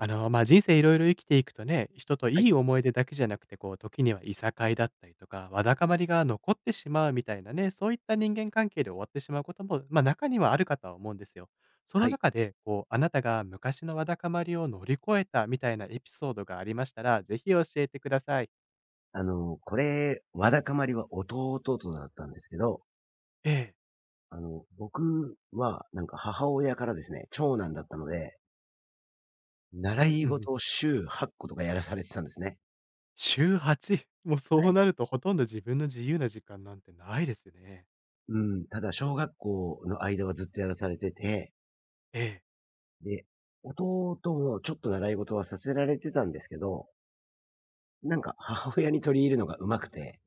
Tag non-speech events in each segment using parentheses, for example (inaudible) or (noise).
あの、まあ、人生いろいろ生きていくとね、人とはいい。い思い出だけじゃなくて、こう、時にはいさかいだったりとか、わだかまりが残ってしまうみたいなね、そういった人間関係で終わってしまうことも、まあ、中にはあるかとは思うんですよ。そはのい。中で、こう、あなたが昔のわだかまりを乗り越えたみたいなエピソードがありましたら、ぜひ教えてください。これ、わだかまりは弟とだったんですけど、ええ。僕はなんか母親からですね、長男だったので、習いうんうん。事を週8個とかやらされてたんですね。週8。(laughs) もうそはうい。なるとほとんど自分の自由な時間なんてないですね。うん、ただ小学校の間はずっとやらされてて、ええ。で、弟もちょっと習い事はさせられてたんですけど、なんか母親に取り入るのが上手くて、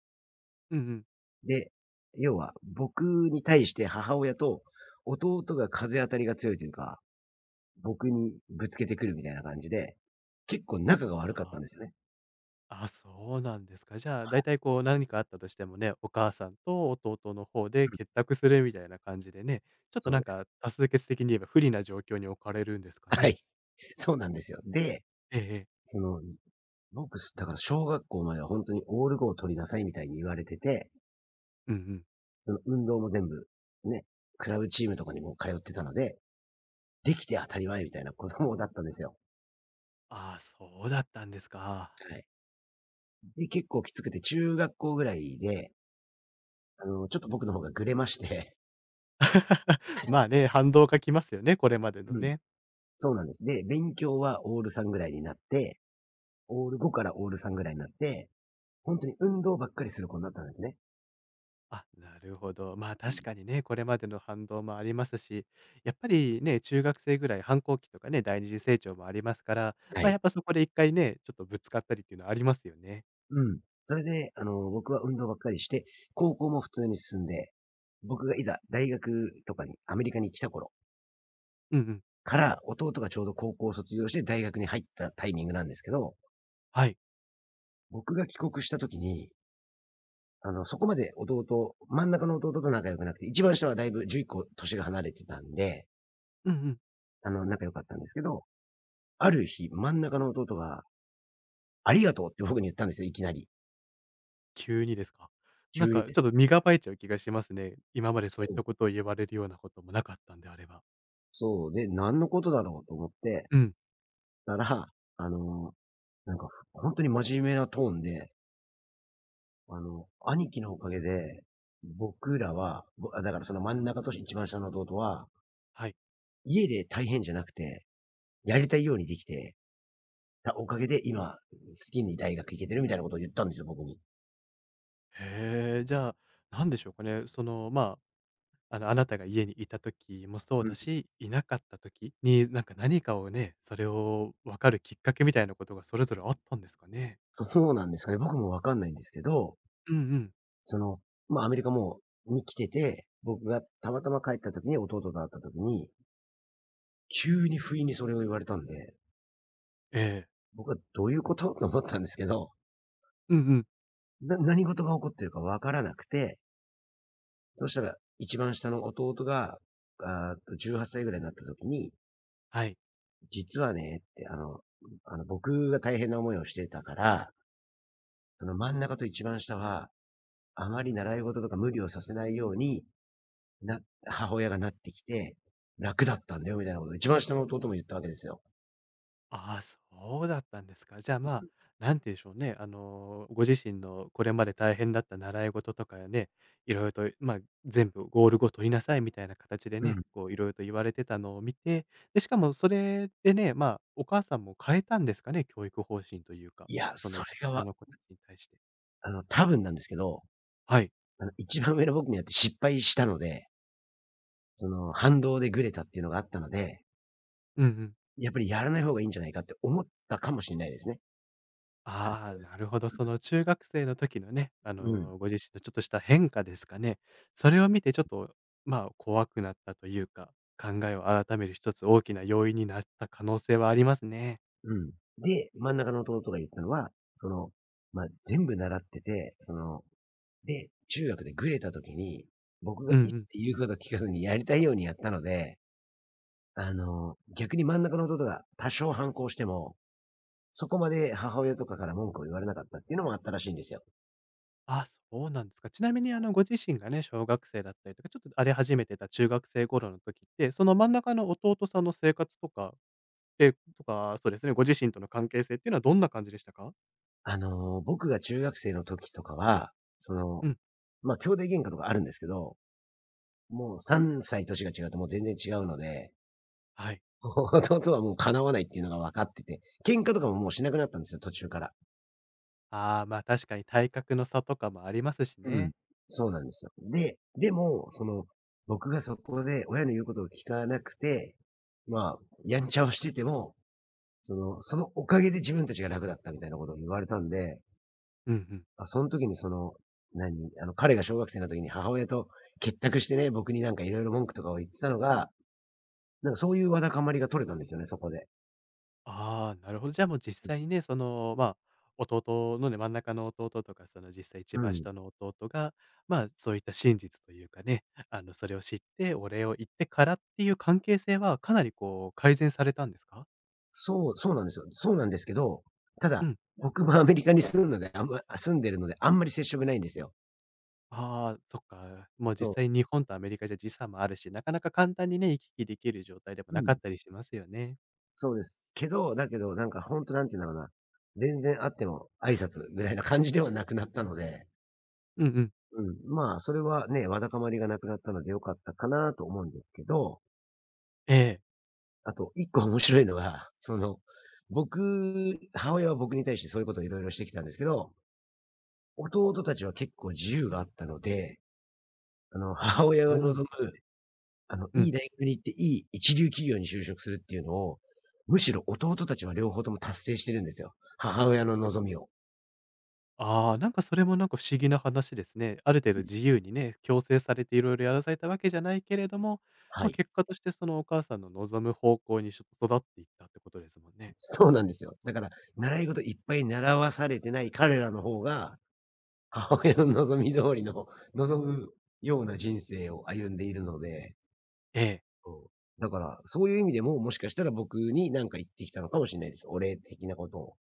うんうん。で、要は僕に対して母親と弟が風当たりが強いというか、僕にぶつけてくるみたいな感じで、結構仲があ悪かったあ。んですよね。あ、そうなんですか。じゃあ、だいはたいこう何かあったとしてもね、お母さんと弟の方い。うでん、結託するみたいな感じでね、ちょっとそうなでんかす。多数決的に言えば不利な状況に置かれるんですかはね。い、そうなんですよ。で、ええええ。その、僕、だから小学校までは本当にオール5を取りなさいみたいに言われてて、うんうん。その運動も全部、ね、クラブチームとかにも通ってたので、できて当たり前みたいな子供だったんですよ。ああ、そうだったんですか。はい。で、結構きつくて中学校ぐらいで、ちょっと僕の方がぐれまして、(laughs) まあね、反動がきますよね、これまでのうん、ね。そうなんです。で、勉強はオール3ぐらいになって、オール5からオール3ぐらいになって、ほんとに運動ばっかりする子になったんですね。あ、なるほど。まあう確ん。かにね、これまでの反動もありますし、やっぱりね、中学生ぐらい反抗期とかね、第二次成長もありますから、はまあい。やっぱそこで一回ね、ちょっとぶつかったりっていうのはありますよね。うん。それで、僕は運動ばっかりして、高校も普通に進んで、僕がいざ大学とかに、アメリカに来た頃うんうん。から、弟がちょうど高校を卒業して大学に入ったタイミングなんですけど、はい。僕が帰国した時に、そこまで弟真ん中の弟と仲良くなくて、一番下はだいぶ11個年が離れてたんで、うんうん。仲良かったんですけど、ある日、真ん中の弟が、ありがとうって僕に言ったんですよ、いきなり。急にですか。なん急にかちょっで。と身構えちゃう気がしますね。今までそそういったう。ことを言われるようなこともなかったんであれば。そう、で、何のことだろうと思ってうん。たら、あの、なんか、ほんとに真面目なトーンで、兄貴のおかげで、僕らは、ぼあ、だからその真ん中と一番下の弟は、はい。家で大変じゃなくて、やりたいようにできて、たおかげで今、好きに大学行けてるみたいなことを言ったんですよ、僕に。へえ、じゃあ、なんでしょうかね。その、まあ、あの、あなたが家にいた時もそううん。だし、いなかった時に、なんか何かをね、それを分かるきっかけみたいなことがそれぞれあったんですかね。そうなんですかね、僕もわかんないんですけど、うんうん。その、アメリカもうに来てて、僕がたまたま帰った時に弟と会った時に、急に不意にそれを言われたんでええ。僕はどういうこと？と思ったんですけど、うんうん。何事が起こってるかわからなくて、そしたら一番下の弟が、あーっと18歳ぐらいになった時に、はい。実はねって、あの僕が大変な思いをしてたから、その真ん中と一番下は、あまり習い事とか無理をさせないように、な母親がなってきて、楽だったんだよみたいなことを一番下の弟も言ったわけですよ。ああ、そうだったんですか。じゃあ、まあ、なんて言うんでしょうね。あの、ご自身のこれまで大変だった習い事とかね、いろいろと、まあ、全部ゴール後取りなさいみたいな形でうね、ん。こう、いろいろと言われてたのを見て、で、しかもそれでね、まあ、お母さんも変えたんですかね、教育方針というか、いや、そそのれが下わの子たちに対して。多分なんですけど、はい。あの一番上の僕にやって失敗したのでその、反動でグレたっていうのがあったので、うんうん。やっぱりやらない方がいいんじゃないかって思ったかもしれないですね。はい。ああ、なるほど。その中学生の時のね、あうん、の、ご自身のちょっとした変化ですかね。それを見てちょっと、まあ、怖くなったというか、考えを改める一つ大きな要因になった可能性はありますね。うん。で、真ん中の弟が言ったのは、その、全部習ってて、で、中学でグレた時に、僕がうんう一ん。切言うこと聞かずにやりたいようにやったので、逆に真ん中の弟が多少反抗しても、そこまで母親とかから文句を言われなかったっていうのもあったらしいんですよ。あ、そうなんですか。ちなみに、あの、ご自身がね、小学生だったりとか、ちょっと荒れ始めてた中学生頃の時って、その真ん中の弟さんの生活とか、え、とか、そうですね、ご自身との関係性っていうのはどんな感じでしたか？僕が中学生の時とかは、その、うん、兄弟喧嘩とかあるんですけどもう3歳年が違うともう全然違うので、はい。(laughs) 弟はもう敵わないっていうのが分かってて、喧嘩とかももうしなくなったんですよ、途中から。ああ、まあ、確かに体格の差とかもありますしうん。ね。そうなんですよ。で、でも、僕がそこで親の言うことを聞かなくて、まあ、やんちゃをしてても、そのおかげで自分たちが楽だったみたいなことを言われたんで、うんうん。あ、その時にその、何、あの、彼が小学生の時に母親と結託してね、僕になんかいろいろ文句とかを言ってたのが、なんかそういうわだかまりが取れたんですよね、そこで。ああ、なるほど。じゃあもう実際にね、その、まあ、弟のね、真ん中の弟とか、その実際一う番ん。下の弟が、まあ、そういった真実というかね、あの、それを知って、お礼を言ってからっていう関係性は、かなりこう、改善されたんですかそう、そうなんですよ。そうなんですけど、たうだ、ん。僕もアメリカに住むので、あんま住んでるので、あんまり接触ないんですよ。ああ、そっか。もうそう。実際日本とアメリカじゃ時差もあるし、なかなか簡単にね、行き来できる状態でもうなかっん。たりしますよね。そうです。だけど、なんかほんとなんて言うんだろうな、全然会っても挨拶ぐらいな感じではなくなったので、うんうん。うそれはね、わだかまりがなくなったので良かったかなと思うんですけど、ええ。あと1個面白いのが、(laughs) 僕母親は僕に対してそういうことを色々してきたんですけど、弟たちは結構自由があったので、ああ、母親がそうなんで望す。むういいん。大学に行って、いい一流企業に就職するっていうのを、むしろ弟たちは両方とも達成してるんですよ。母親の望みを。ああ、なんかそれもなんか不思議な話ですね。ある程度自由にね、強制されていろいろやらされたわけじゃないけれども、はまあ、い。結果としてそのお母さんの望む方向にちょっと育っていったってことですもんね。そうなんですよ。だから、習い事いっぱい習わされてない彼らの方が、母親の望み通りの、望むような人生を歩んでいるので、ええ。そう。だから、そういう意味でも、もしかしたら僕に何か言ってきたのかもしれないです。お礼的なことを。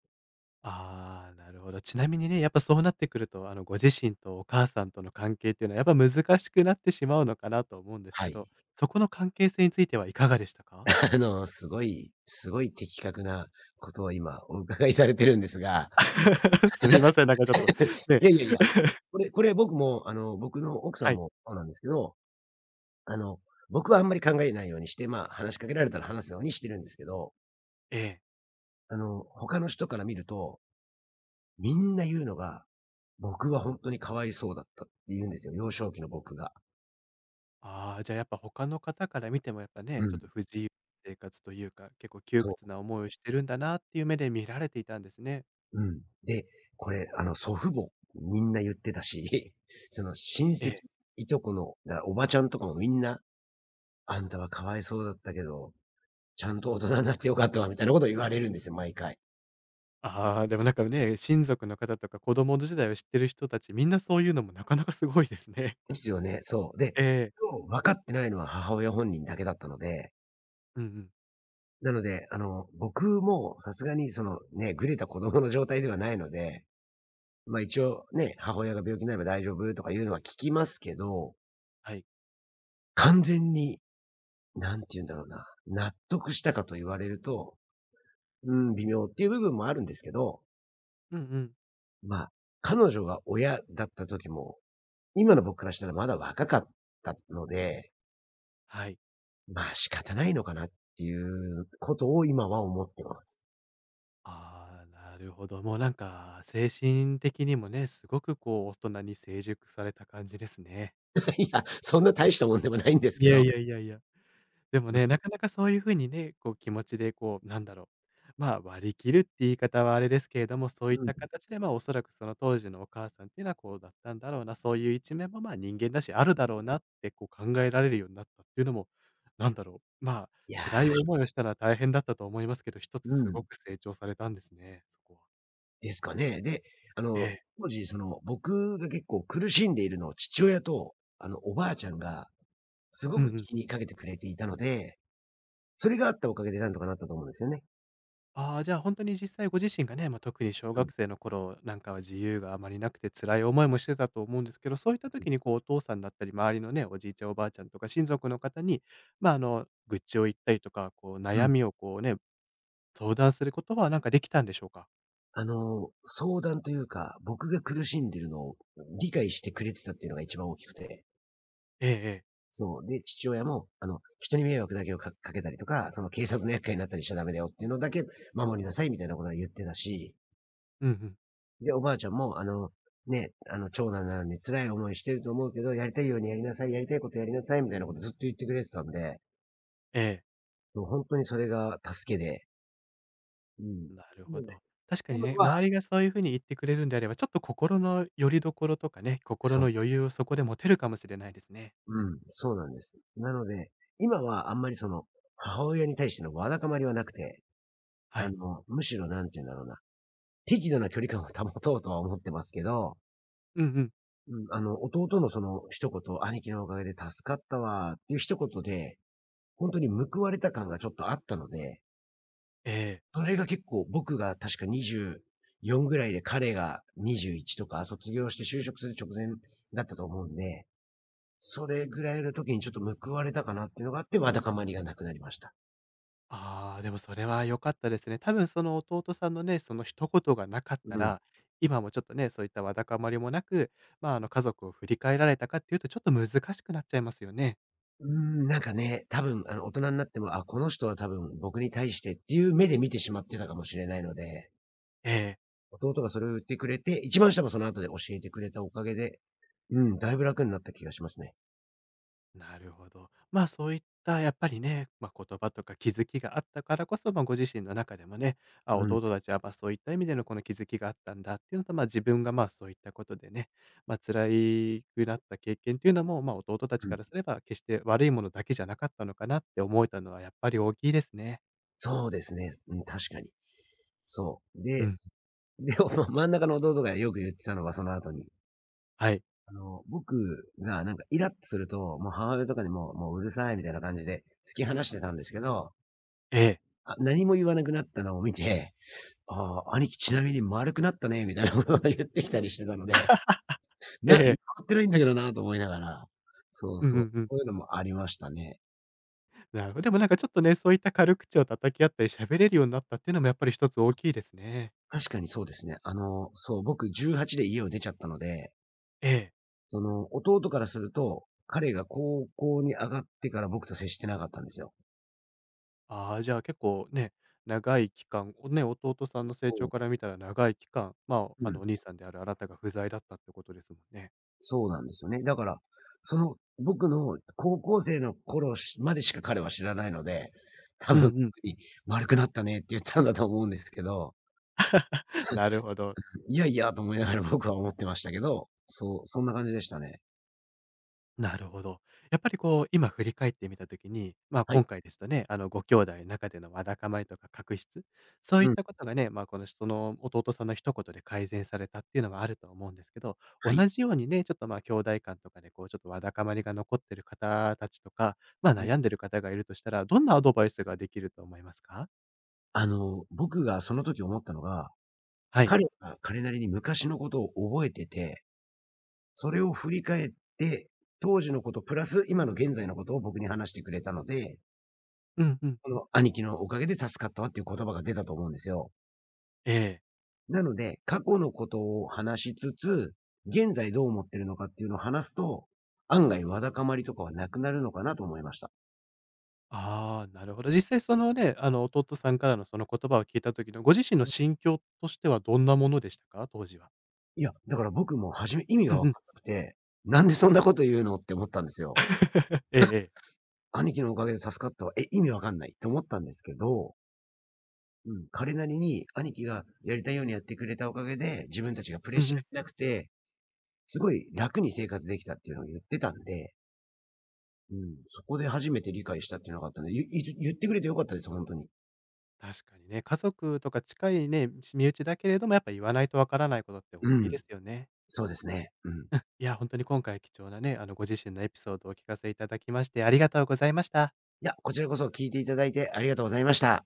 ああ、なるほど。ちなみにね、やっぱそうなってくると、あの、ご自身とお母さんとの関係っていうのはやっぱ難しくなってしまうのかなと思うんですはけど、い。そこの関係性についてはいかがでしたか？(laughs) すごい的確なことを今お伺いされてるんですが、 (laughs) すみません、なんかちょっと、(laughs) ね、いやいやいや。これ僕も、僕の奥さはんい。もそうなんですけど、あの、僕はあんまり考えないようにして、話しかけられたら話すようにしてるんですけど、ええ。他の人から見ると、みんな言うのが、僕はほんとにかわいそうだったって言うんですよ、幼少期の僕が。ああ、じゃあやっぱ他の方から見てもやっぱうね、ちょっん。と不自由な生活というか、結構窮そ屈な思いをしてるんだなっていう目で見られていたんですね。う。うん。で、これ、祖父母、みんな言ってたし、(laughs) その親え戚、え。いとこの、おばちゃんとかもみんな、「あんたはかわいそうだったけど、ちゃんと大人になって良かったわ」みたいなこと言われるんですよ、毎回。ああ、でもなんかね、親族の方とか子供の時代を知ってる人たちみんなそういうのもなかなかすごいですね。ですよね、そう。で、(laughs) ええ。そう、分かってないのは母親本人だけだったので、うんうん。なので、僕もさすがにそのね、ぐれた子供の状態ではないので、一応ね、母親が病気になれば大丈夫とかいうのは聞きますけど、はい。完全に、なんて言うんだろうな、納得したかと言われると、うん、微妙っていう部分もあるんですけど、うんうん。まあ、彼女が親だった時も、今の僕からしたらまだ若かったので、はい。仕方ないのかなっていうことを今は思ってます。ああ、なるほど。もうなんか精神的にもね、すごくこう大人に成熟された感じですね。(laughs) いや、そんな大したもんでもないんですいけやど。いやいやいや。でもね、な (laughs) かなかそういう風にね、こう気持ちでこう、なんだろう、まあ、割り切るって言い方はあれですけれども、そうういっん、たうん。形で、ま、おそらくその当時のお母さんっていうのはこうだったんだろうな、そういう一面も、ま、人間だし、あるだろうなってこう考えられるようになったっていうのも、なんだろう、まあ、いや辛い思いをしたら大変だったと思いますけど、一つうすごん、く成長されたんですね、そこは。ですかね。で、あえの、え。当時その、僕が結構苦しんでいるのを父親と、おばあちゃんがすごうんうくん。気にかけてくれていたので、それがあったおかげでなんとかなったと思うんですよね。ああ、じゃあ、本当に実際ご自身がね、まあ、特に小うん。学生の頃なんかは自由があまりなくて辛い思いもしてたと思うんですけど、そういった時にこうお父さんだったり、周りのね、おじいちゃんおばあちゃんとか親族の方に、ま、あの、愚痴を言ったりとか、こうう悩ん。みをこうね、相談することはなんかできたんでしょうか？相談というか、僕が苦しんでいるのを理解してくれてたっていうのが一番大きくて。ええええ。そう。で、父親も、人に迷惑だけをかけたりとか、その警察の厄介になったりしちゃダメだよっていうのだけ守りなさいみたいなことは言ってたし、うんうん。で、おばあちゃんも、長男なのに辛い思いしてると思うけど、やりたいようにやりなさい、やりたいことやりなさいみたいなことずっと言ってくれてたんで、ええ、もう本当にそれが助けで、うん。なるなのほで、ど。確かに今ね、は周りがそういうふうに言ってくれるんであれば、ちょっと心の拠り所とかね、心そうので余す。裕をそこで持てるかもしれないですね。うん、そうなんです。なので、今はあんまり母親に対してのわだかまりはなくて、はい。むしろなんて言うんだろうな、適度な距離感を保とうとは思ってますけど、うんうん。うん、弟のその一言、兄貴のおかげで助かったわっていう一言で、本当に報われた感がちょっとあったので、ええ。それが結構僕が確か24ぐらいで彼が21とか卒業して就職する直前だったと思うんで、それぐらいの時にちょっと報われたかなっていうのがあって、わだかまりがなくなりました。ああ、でもそれは良かったですね。多分その弟さんのね、その一言がなかっうたん。ら、今もちょっとね、そういったわだかまりもなく、まあ、あの、家族を振り返られたかっていうと、ちょっと難しくなっちゃいますよね。ーなんかね、多分あの大人になっても、あ、この人は多分僕に対してっていう目で見てしまってたかもしれないので、ええ。弟がそれを言ってくれて、一番下もその後で教えてくれたおかげで、うん、だいぶ楽になった気がしますね。なるほど。まあ、そういったやっぱりね、まあ、言葉とか気づきがあったからこそ、まあ、ご自身の中でもね、あ、うん、う弟ん。たちは、ま、そういった意味でのこの気づきがあったんだっていうのと、まあ、自分が、ま、そういったことでね、ま、辛いくなった経験っていうのも、まあ、弟たちからすれば決して悪いものだけじゃなかったのかなって思えたのはやっぱり大きいですね。そうですね。うん、確かに。そう。うで、ん。で、ま、真ん中の弟がよく言ってたのが、その後に、はい。僕がなんかイラッとすると、もう母親とかにも、もううるさいみたいな感じで突き放してたんですけど、ええ。あ、何も言わなくなったのを見て、あ、あ、兄貴ちなみに丸くなったね、みたいなことを言ってきたりしてたので、えな、変わえ。ってないんだけどなと思いながら、そううんうそう、んうん。そういうのもありましたね。なるほど。でもなんかちょっとね、そういった軽口を叩き合ったり喋れるようになったっていうのもやっぱり一つ大きいですね。確かにそうですね。そう、僕18で家を出ちゃったので、ええ。その、弟からすると、彼が高校に上がってから僕と接してなかったんですよ。ああ、じゃあ結構ね、長い期間をね、弟さんの成長からそ見たら長い期間、まう。あ、うあの、ん。お兄さんであるあなたが不在だったってことですもんね。そうなんですよね。だから、その、僕の高校生の頃しまでしか彼は知らないので、多う分んうん。に「(laughs) 丸くなったね」って言ったんだと思うんですけど、(laughs) なるほど。いやいやと思いながら僕は思ってましたけど、そう、そんな感じでしたね。なるほど。やっぱりこう、今振り返ってみたときに、まあはい。今回ですとね、あの、ご兄弟の中でのわだかまりとか確執、そういうっん。たことがね、まあこのその弟さんの一言で改善されたっていうのはあると思うんですけど、は同い。じようにね、ちょっとまあ兄弟間とかでこう、ちょっとわだかまりが残ってる方たちとか、まあ悩んでる方がいるとしたら、どんなアドバイスができると思いますか？僕がその時思ったのが、はい。彼が彼なりに昔のことを覚えてて、それを振り返って、当時のことプラス今の現在のことを僕に話してくれたので、うんうん。この兄貴のおかげで助かったわっていう言葉が出たと思うんですよ。ええなので、過去のことを話しつつ、現在どう思ってるのかっていうのを話すと、案外わだかまりとかはなくなるのかなと思いました。。ああ、なるほど。実際そのね、あの弟さんからのその言葉を聞いた時のご自身の心境としてはどんなものでしたか？当時は。いや、だから僕も初め意味うがんわうん。かんなくて、なんでそんなこと言うのって思ったんですよ。(laughs) ええええ。兄貴のおかげで助かったわ。え、意味わかんないって思ったんですけど、うん、彼なりに兄貴がやりたいようにやってくれたおかげで、自分たちがプレッうシんうん。ャーなくて、すごい楽に生活できたっていうのを言ってたんで、うん、そこで初めて理解したっていうのがあったんで、ゆい言ってくれてよかったです、ほんとに。確かにね、家族とか近いね、身内だけれども、やっぱ言わないとわからないことって大うきいでん、すよね。そうですね。うん。いいや、本当に今回貴重なね、あのご自身のエピソードをお聞かせいただきましてありがとうございました。や、こちらこそ聞いていただいてありがとうございました。